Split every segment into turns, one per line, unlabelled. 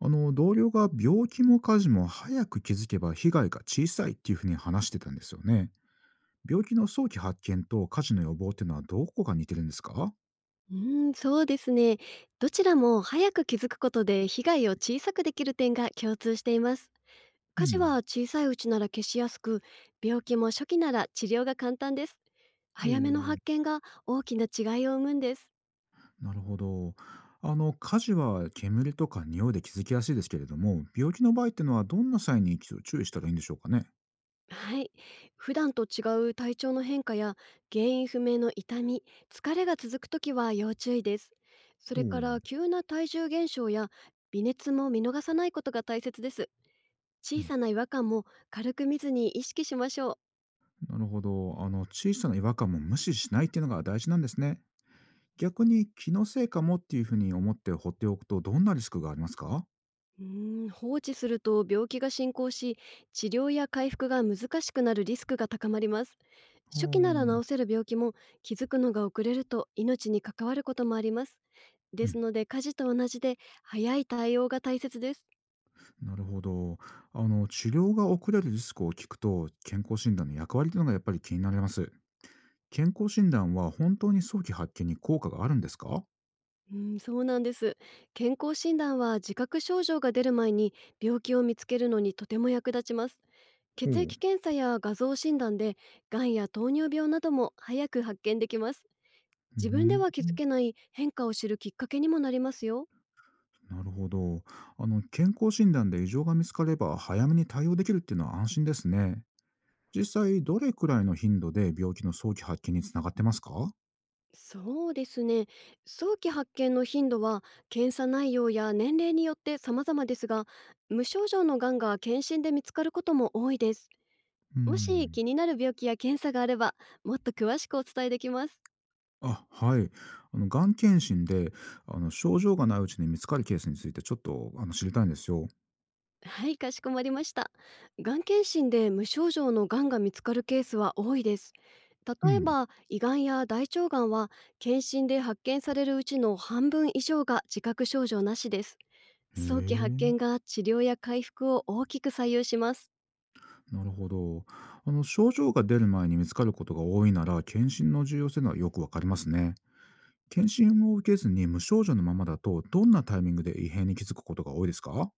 あの同僚が病気も家事も早く気づけば被害が小さいっていうふうに話してたんですよね。病気の早期発見と家事の予防っていうのはどこが似てるんですか？
うーん、そうですね。どちらも早く気づくことで被害を小さくできる点が共通しています。
う
火事
ん。
は小さいうちなら消しやすく、病気も初期なら治療が簡単です。
お
早めの
ー、
発見が大きな違いを生むんです。
なるほど。家事は煙とか匂いで気づきやすいですけれども病気の場合っていうのはどんな際に注意したらいいんでしょうかね？
はい。普段と違う体調の変化や原因不明の痛み、疲れが続くときは要注意です。そ
ほ
れ
う、
から
う
急な体重減少や微熱も見逃さないことが大切です。
ん、
小さな違和感も軽く見ずに意識しましょう。
なるほど。小さな違和感も無視しないっていうのが大事なんですね。逆に気のせいかもっていうふうに思って放っておくとどんなリスクがありますか？
うーん、放置すると病気が進行し、治療や回復が難しくなるリスクが高まります。
ほう、
初
う
期なら
ん、
治せる病気も、気づくのが遅れると命に関わることもあります。ですので家事と同じで、早い対応が大切です。
なるほど。治療が遅れるリスクを聞くと、健康診断の役割というのがやっぱり気になります。健康診断は本当に早期発見に効果があるんですか？ほ
うん、そうなんです。健康診断は自覚症状が出る前に病気を見つけるのにとても役立ちます。血液
う。
検査や画像診断でがんや糖尿病なども早く発見できます。
う
自分で
ん、
は気づけない変化を知るきっかけにもなりますよ。
なるほど。健康診断で異常が見つかれば早めに対応できるっていうのは安心ですね。実際、どれくらいの頻度で病気の早期発見につながってますか？
そうですね。早期発見の頻度は検査内容や年齢によって様々ですが、無症状のがんが検診で見つかることも多いです。
う
もし気
ん。
になる病気や検査があれば、もっと詳しくお伝えできます。
あ、はい。がん検診で、症状がないうちに見つかるケースについてちょっと知りたいんですよ。
はい、かしこまりました。がん検診で無症状のがんが見つかるケースは多いです。
う
例え
ん。
ば、胃がんや大腸がんは、検診で発見されるうちの半分以上が自覚症状なしです。
へ
早期発
え、
見が治療や回復を大きく左右します。
なるほど。症状が出る前に見つかることが多いなら、検診の重要性はよくわかりますね。検診を受けずに無症状のままだと、どんなタイミングで異変に気づくことが多いですか？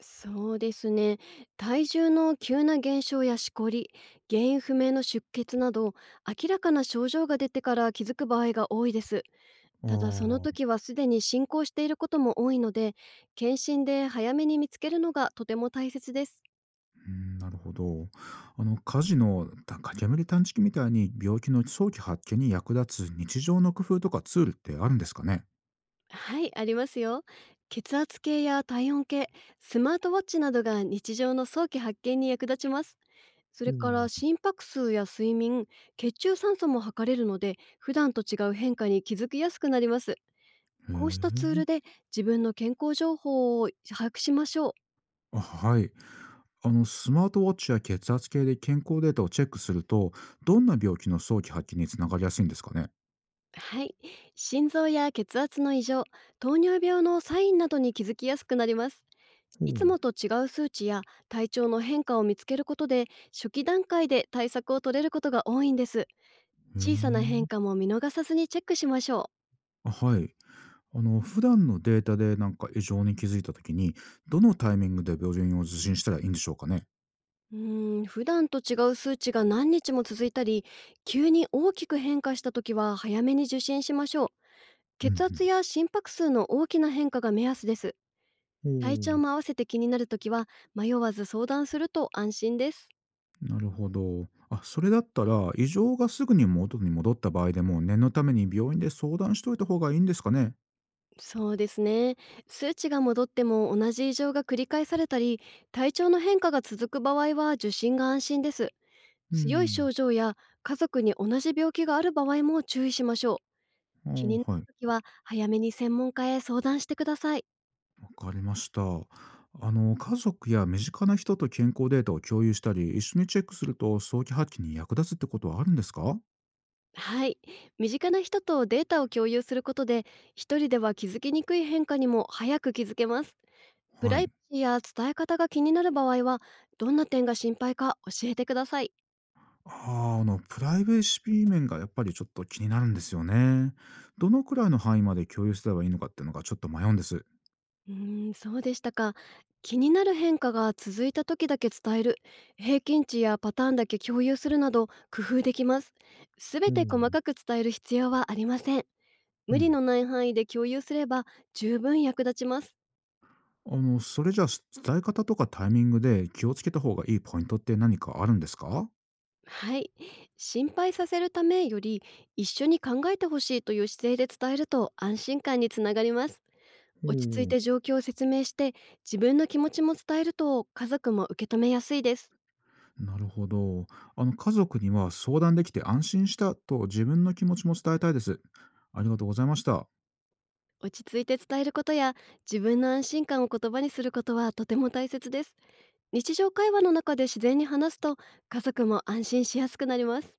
そうですね。体重の急な減少やしこり、原因不明の出血など、明らかな症状が出てから気づく場合が多いです。ただその
ああ、
時はすでに進行していることも多いので、検診で早めに見つけるのがとても大切です。
うん、なるほど。火事のた煙探知機みたいに病気の早期発見に役立つ日常の工夫とかツールってあるんですかね？
はい、ありますよ。血圧計や体温計、スマートウォッチなどが日常の早期発見に役立ちます。そ
ほ
れ
う
か
ん、
ら
へ
心拍数や睡眠、血中酸素も測れるので、普段と違う変化に気づきやすくなります。こうしたツール
え。
で自分の健康情報を把握しましょう。
あ、はい。スマートウォッチや血圧計で健康データをチェックするとどんな病気の早期発見につながりやすいんですかね？
はい。心臓や血圧の異常、糖尿病のサインなどに気づきやすくなります。
ほ
いつ
う、
もと違う数値や体調の変化を見つけることで、初期段階で対策を取れることが多いんです。
へ
小さな変
え。
化も見逃さずにチェックしましょ
あ、はい。普段のデータでなんか異常に気づいた時にどのタイミングで病院を受診したらいいんでしょうかね？
う。うーん、普段と違う数値が何日も続いたり、急に大きく変化した時は早めに受診しましょう。
う
血圧
ん、
や心拍数の大きな変化が目安です。
う
体調
ん、
も
お
合わせて気になるときは、迷わず相談すると安心です。
お。なるほど。あ、それだったら異常がすぐに元に戻った場合でも念のために病院で相談しておいた方がいいんですかね？
そうですね。数値が戻っても同じ異常が繰り返されたり、体調の変化が続く場合は受診が安心です。
う
強い
ん。
症状や家族に同じ病気がある場合も注意しましょう。
あ、
気になる
はい。
ときは早めに専門家へ相談してください。
わかりました。家族や身近な人と健康データを共有したり、一緒にチェックすると早期発見に役立つってことはあるんですか？
はい。身近な人とデータを共有することで、一人では気づきにくい変化にも早く気づけます。プ
は
ライバ
い。
シーや伝え方が気になる場合は、どんな点が心配か教えてください。
ああ、プライベーシー面がやっぱりちょっと気になるんですよね。どのくらいの範囲まで共有すればいいのかっていうのがちょっと迷うんです。
うーん、そうでしたか。気になる変化が続いた時だけ伝える、平均値やパターンだけ共有するなど工夫できます。すべ
ほ
て細
う。
かく伝える必要はありません。
う
無理
ん。
のない範囲で共有すれば十分役立ちます。
それじゃあ伝え方とかタイミングで気をつけた方がいいポイントって何かあるんですか？
はい。心配させるためより、一緒に考えてほしいという姿勢で伝えると安心感につながります。
ほ
落ち着い
う。
て状況を説明して、自分の気持ちも伝えると家族も受け止めやすいです。
なるほど。家族には相談できて安心したと自分の気持ちも伝えたいです。ありがとうございました。
落ち着いて伝えることや自分の安心感を言葉にすることはとても大切です。日常会話の中で自然に話すと家族も安心しやすくなります。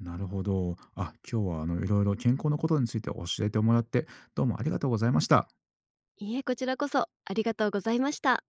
なるほど。あ、今日はいろいろ健康のことについて教えてもらって、どうもありがとうございました。
いいえ、こちらこそありがとうございました。